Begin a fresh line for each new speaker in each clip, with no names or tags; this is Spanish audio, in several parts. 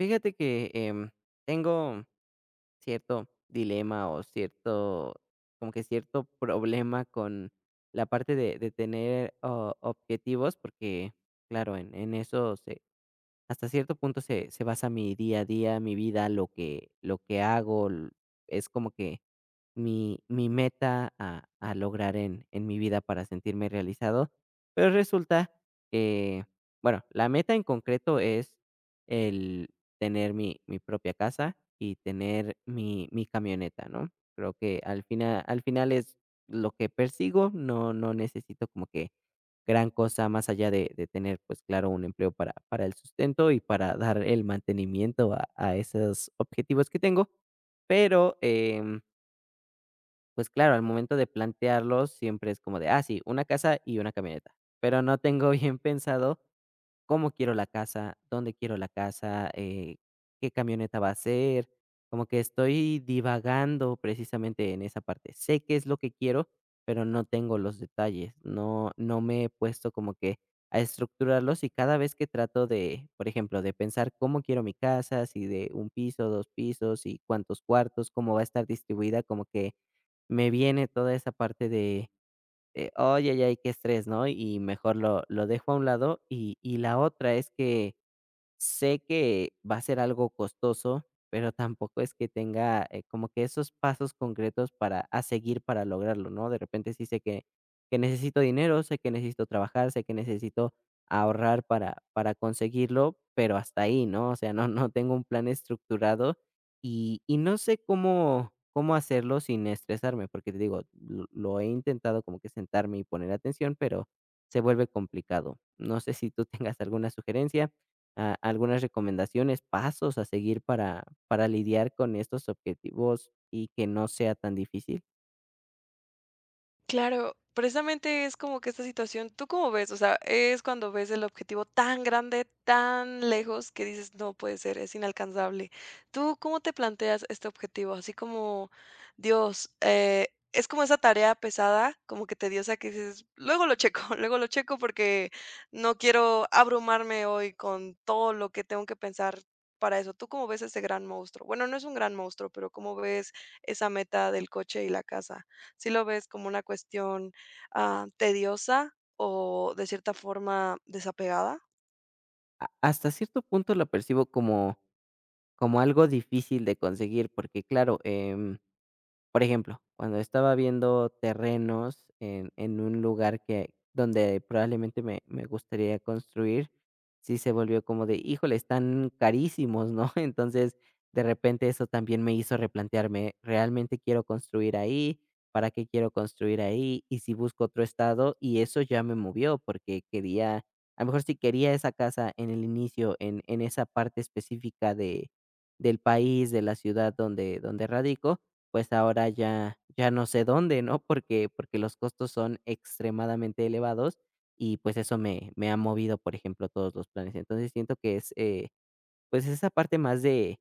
Fíjate que tengo cierto dilema o cierto, como que cierto problema con la parte de tener objetivos, porque claro, en eso hasta cierto punto se basa mi día a día, mi vida, lo que hago, es como que mi meta a lograr en mi vida para sentirme realizado. Pero resulta que, bueno, la meta en concreto es el tener mi propia casa y tener mi camioneta, ¿no? Creo que al final es lo que persigo, no, no necesito como que gran cosa más allá de tener, pues claro, un empleo para el sustento y para dar el mantenimiento a esos objetivos que tengo. Pero pues claro, al momento de plantearlos siempre es como de, ah, sí, una casa y una camioneta, pero no tengo bien pensado cómo quiero la casa, dónde quiero la casa, qué camioneta va a ser, como que estoy divagando precisamente en esa parte. Sé qué es lo que quiero, pero no tengo los detalles, no, no me he puesto como que a estructurarlos, y cada vez que trato de, por ejemplo, de pensar cómo quiero mi casa, si de un piso, dos pisos y cuántos cuartos, cómo va a estar distribuida, como que me viene toda esa parte: "Ay, ay, ay, qué estrés", ¿no? Y mejor lo dejo a un lado. Y la otra es que sé que va a ser algo costoso, pero tampoco es que tenga, como que esos pasos concretos para a seguir para lograrlo, ¿no? De repente sí sé que necesito dinero, sé que necesito trabajar, sé que necesito ahorrar para conseguirlo, pero hasta ahí, ¿no? O sea, no tengo un plan estructurado y no sé cómo hacerlo sin estresarme, porque te digo, lo he intentado como que sentarme y poner atención, pero se vuelve complicado. ¿No sé si tú tengas alguna sugerencia a algunas recomendaciones, pasos a seguir para lidiar con estos objetivos y que no sea tan difícil?
Claro, precisamente es como que esta situación, ¿tú cómo ves? O sea, es cuando ves el objetivo tan grande, tan lejos, que dices, no puede ser, es inalcanzable. ¿Tú cómo te planteas este objetivo? Así como, Dios, es como esa tarea pesada, como que tediosa, que dices, luego lo checo, luego lo checo porque no quiero abrumarme hoy con todo lo que tengo que pensar para eso. ¿Tú cómo ves ese gran monstruo? Bueno, no es un gran monstruo, pero ¿cómo ves esa meta del coche y la casa? ¿Sí lo ves como una cuestión, ah, tediosa o de cierta forma desapegada?
Ha hasta cierto punto lo percibo como algo difícil de conseguir, porque claro, por ejemplo, cuando estaba viendo terrenos en un lugar que donde probablemente me gustaría construir, sí se volvió como de, híjole, están carísimos, ¿no? Entonces, de repente eso también me hizo replantearme, ¿realmente quiero construir ahí? ¿Para qué quiero construir ahí? Y si busco otro estado, y eso ya me movió porque quería, a lo mejor, si quería esa casa en el inicio, en esa parte específica de del país, de la ciudad donde radico, pues ahora ya no sé dónde, ¿no? Porque los costos son extremadamente elevados y, pues, eso me ha movido, por ejemplo, todos los planes. Entonces, siento que es, pues, esa parte más de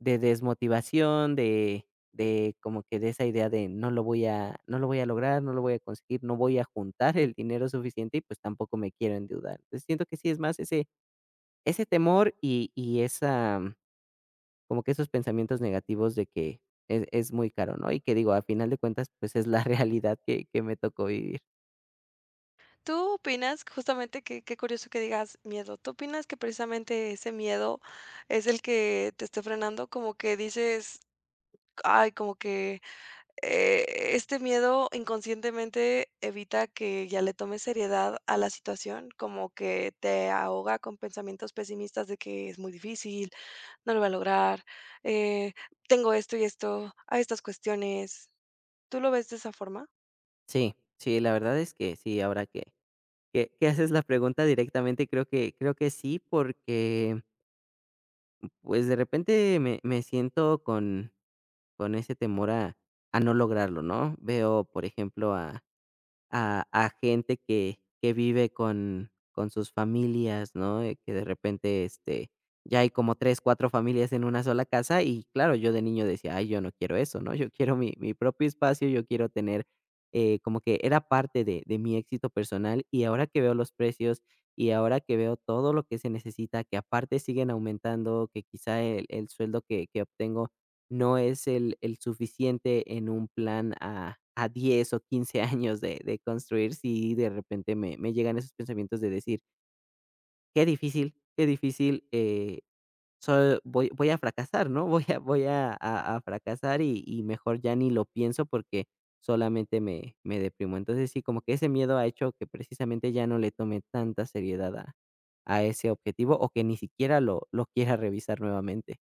de desmotivación, de como que de esa idea de no lo voy a lograr, no lo voy a conseguir, no voy a juntar el dinero suficiente y, pues, tampoco me quiero endeudar. Entonces, siento que sí es más ese temor y esa como que esos pensamientos negativos de que es muy caro, ¿no? Y que digo, a final de cuentas, pues, es la realidad que me tocó vivir.
¿Tú opinas justamente qué curioso que digas miedo? ¿Tú opinas que precisamente ese miedo es el que te esté frenando? Como que dices: "Ay, como que este miedo inconscientemente evita que ya le tomes seriedad a la situación, como que te ahoga con pensamientos pesimistas de que es muy difícil, no lo va a lograr, eh, tengo esto y esto, a estas cuestiones. ¿Tú lo ves de esa forma?
Sí, sí, la verdad es que sí, ahora que haces la pregunta directamente, creo que sí, porque, pues, de repente me siento con ese temor a no lograrlo, ¿no? Veo, por ejemplo, a gente que vive con sus familias, ¿no? Que de repente, ya hay como 3 4 familias en una sola casa y claro, yo de niño decía: "Ay, yo no quiero eso", ¿no? Yo quiero mi propio espacio, yo quiero tener, como que era parte de mi éxito personal, y ahora que veo los precios, y ahora que veo todo lo que se necesita, que aparte siguen aumentando, que quizá el sueldo que obtengo no es el suficiente en un plan a 10 o 15 años de construir, si de repente me llegan esos pensamientos de decir: qué difícil, so voy a fracasar, ¿no? Voy a fracasar y mejor ya ni lo pienso porque solamente me deprimo". Entonces, sí, como que ese miedo ha hecho que precisamente ya no le tome tanta seriedad a ese objetivo o que ni siquiera lo quiera revisar nuevamente.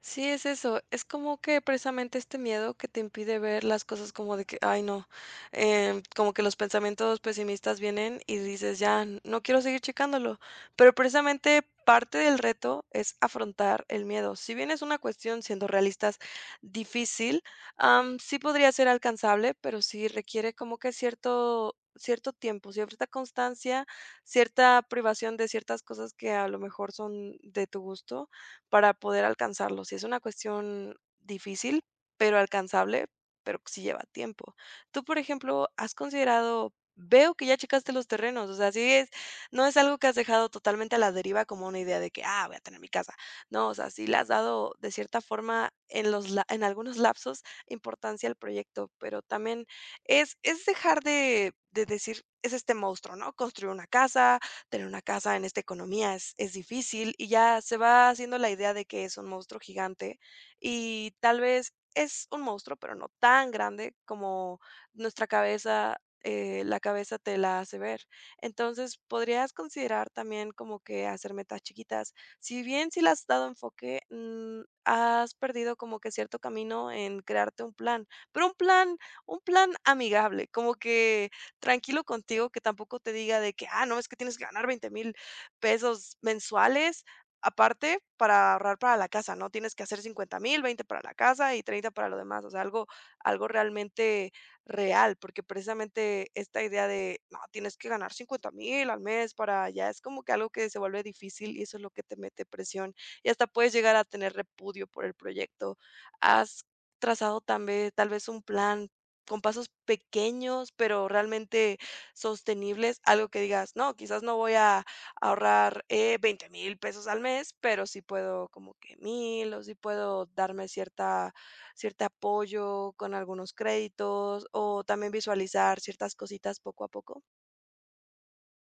Sí, es eso. Es como que precisamente este miedo que te impide ver las cosas como de que, ay, no, como que los pensamientos pesimistas vienen y dices, ya, no quiero seguir checándolo. Pero precisamente parte del reto es afrontar el miedo. Si bien es una cuestión, siendo realistas, difícil, sí podría ser alcanzable, pero sí requiere como que cierto cierto tiempo, cierta constancia, cierta privación de ciertas cosas que a lo mejor son de tu gusto, para poder alcanzarlo. Sí es una cuestión difícil, pero alcanzable, pero sí lleva tiempo. Tú, por ejemplo, has considerado veo que ya checaste los terrenos, o sea, sí es no es algo que has dejado totalmente a la deriva como una idea de que, ah, voy a tener mi casa. No, o sea, sí le has dado de cierta forma en los la en algunos lapsos importancia al proyecto, pero también es dejar de decir es este monstruo, ¿no? Construir una casa, tener una casa en esta economía es difícil y ya se va haciendo la idea de que es un monstruo gigante y tal vez es un monstruo, pero no tan grande como nuestra cabeza, la cabeza te la hace ver. Entonces, podrías considerar también como que hacer metas chiquitas. Si bien si le has dado enfoque, has perdido como que cierto camino en crearte un plan, pero un plan amigable, como que tranquilo contigo, que tampoco te diga de que, ah, no, es que tienes que ganar 20,000 pesos mensuales. Aparte, para ahorrar para la casa, ¿no? Tienes que hacer 50,000, 20 para la casa y 30 para lo demás. O sea, algo, algo realmente real, porque precisamente esta idea de, no, tienes que ganar 50,000 al mes para allá, es como que algo que se vuelve difícil y eso es lo que te mete presión y hasta puedes llegar a tener repudio por el proyecto. ¿Has trazado también tal vez un plan con pasos pequeños, pero realmente sostenibles, algo que digas, no, quizás no voy a ahorrar 20 mil pesos al mes, pero sí puedo como que mil, o sí puedo darme cierta, cierto apoyo con algunos créditos, o también visualizar ciertas cositas poco a poco.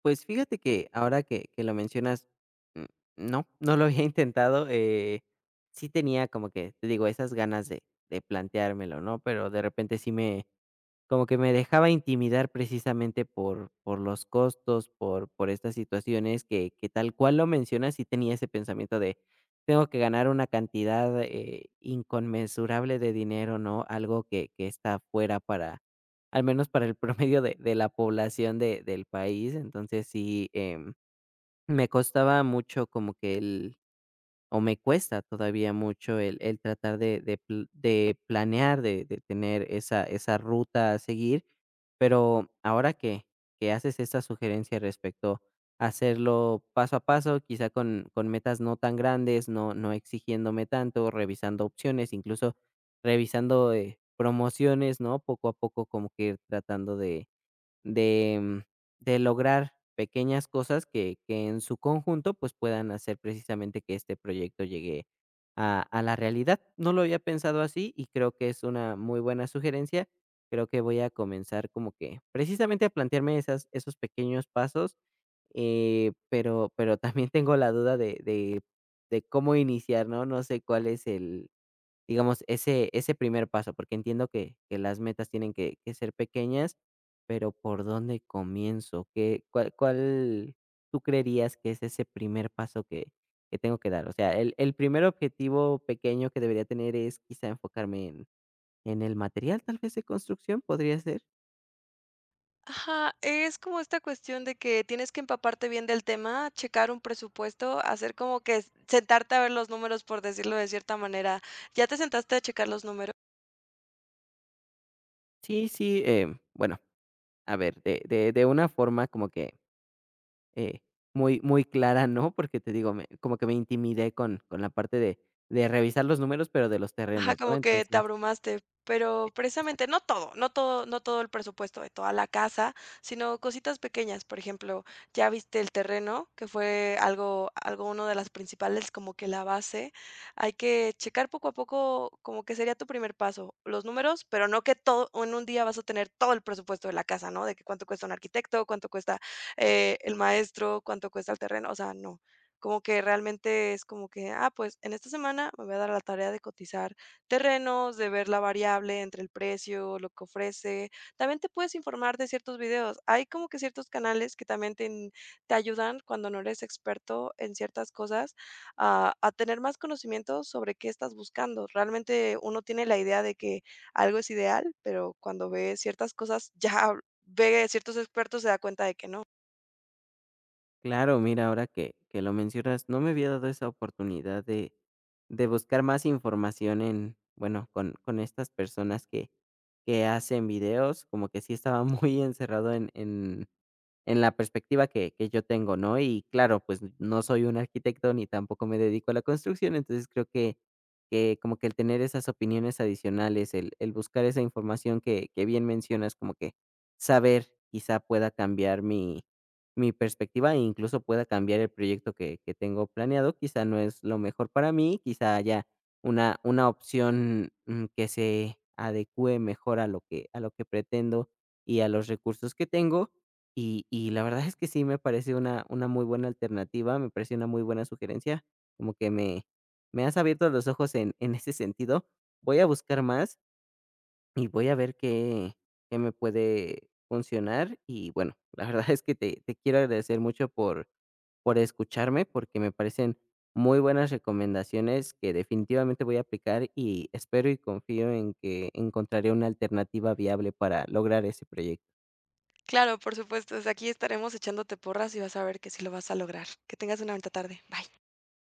Pues fíjate que ahora que lo mencionas, mm, no, no lo había intentado, sí tenía como que, te digo, esas ganas de planteármelo, ¿no? Pero de repente sí me como que me dejaba intimidar precisamente por los costos, por estas situaciones que tal cual lo mencionas, sí tenía ese pensamiento de, tengo que ganar una cantidad, inconmensurable de dinero, ¿no? Algo que está fuera para, al menos para el promedio de la población de del país. Entonces sí, me costaba mucho como que, o me cuesta todavía mucho, el tratar de planear, de tener esa ruta a seguir, pero ahora que haces esta sugerencia respecto a hacerlo paso a paso, quizá con metas no tan grandes, no exigiéndome tanto, revisando opciones, incluso revisando, promociones, ¿no? Poco a poco como que ir tratando de, mm, de lograr pequeñas cosas que en su conjunto pues puedan hacer precisamente que este proyecto llegue a la realidad. No lo había pensado así y creo que es una muy buena sugerencia. Creo que voy a comenzar como que precisamente a plantearme esas, esos pequeños pasos, pero, también tengo la duda de cómo iniciar, ¿no? No sé cuál es digamos, ese primer paso, porque entiendo que las metas tienen que ser pequeñas, pero, ¿por dónde comienzo? ¿Qué cuál cuál tú creerías que es ese primer paso que tengo que dar? O sea, el primer objetivo pequeño que debería tener es quizá enfocarme en el material, tal vez, de construcción, ¿podría ser?
Ajá, es como esta cuestión de que tienes que empaparte bien del tema, checar un presupuesto, hacer como que sentarte a ver los números, por decirlo de cierta manera. ¿Ya te sentaste a checar los números?
Sí, sí, bueno, a ver, de una forma como que, Eh, muy muy clara, ¿no? Porque te digo, me como que me intimidé con la parte de revisar los números, pero de los
Ajá,
terrenos, ¿no?
como que te
Entonces,
abrumaste, pero precisamente no todo, no todo, no todo el presupuesto de toda la casa, sino cositas pequeñas. Por ejemplo, ya viste el terreno, que fue algo, algo uno de las principales, como que la base. Hay que checar poco a poco, como que sería tu primer paso, los números, pero no que todo en un día vas a tener todo el presupuesto de la casa, ¿no? De que cuánto cuesta un arquitecto, cuánto cuesta el maestro, cuánto cuesta el terreno, o sea, no. Como que realmente es como que, ah, pues en esta semana me voy a dar a la tarea de cotizar terrenos, de ver la variable entre el precio, lo que ofrece. También te puedes informar de ciertos videos. Hay como que ciertos canales que también te, te ayudan cuando no eres experto en ciertas cosas a tener más conocimiento sobre qué estás buscando. Realmente uno tiene la idea de que algo es ideal, pero cuando ve ciertas cosas ya ve ciertos expertos se da cuenta de que no.
claro, mira, ahora que lo mencionas, no me había dado esa oportunidad de buscar más información en, bueno, con estas personas que hacen videos, como que sí estaba muy encerrado en la perspectiva que yo tengo, ¿no? Y claro, pues, no soy un arquitecto ni tampoco me dedico a la construcción, entonces creo que como que el tener esas opiniones adicionales, el buscar esa información que bien mencionas, como que saber, quizá pueda cambiar mi perspectiva e incluso pueda cambiar el proyecto que tengo planeado, quizá no es lo mejor para mí, quizá haya una opción, que se adecue mejor a lo que pretendo y a los recursos que tengo. Y la verdad es que sí me parece una muy buena alternativa, me parece una muy buena sugerencia, como que me has abierto los ojos en ese sentido. Voy a buscar más y voy a ver qué me puede funcionar y, bueno, la verdad es que te quiero agradecer mucho por escucharme, porque me parecen muy buenas recomendaciones que definitivamente voy a aplicar y espero y confío en que encontraré una alternativa viable para lograr ese proyecto.
Claro, por supuesto, desde aquí estaremos echándote porras y vas a ver que sí lo vas a lograr. Que tengas una bonita tarde. Bye.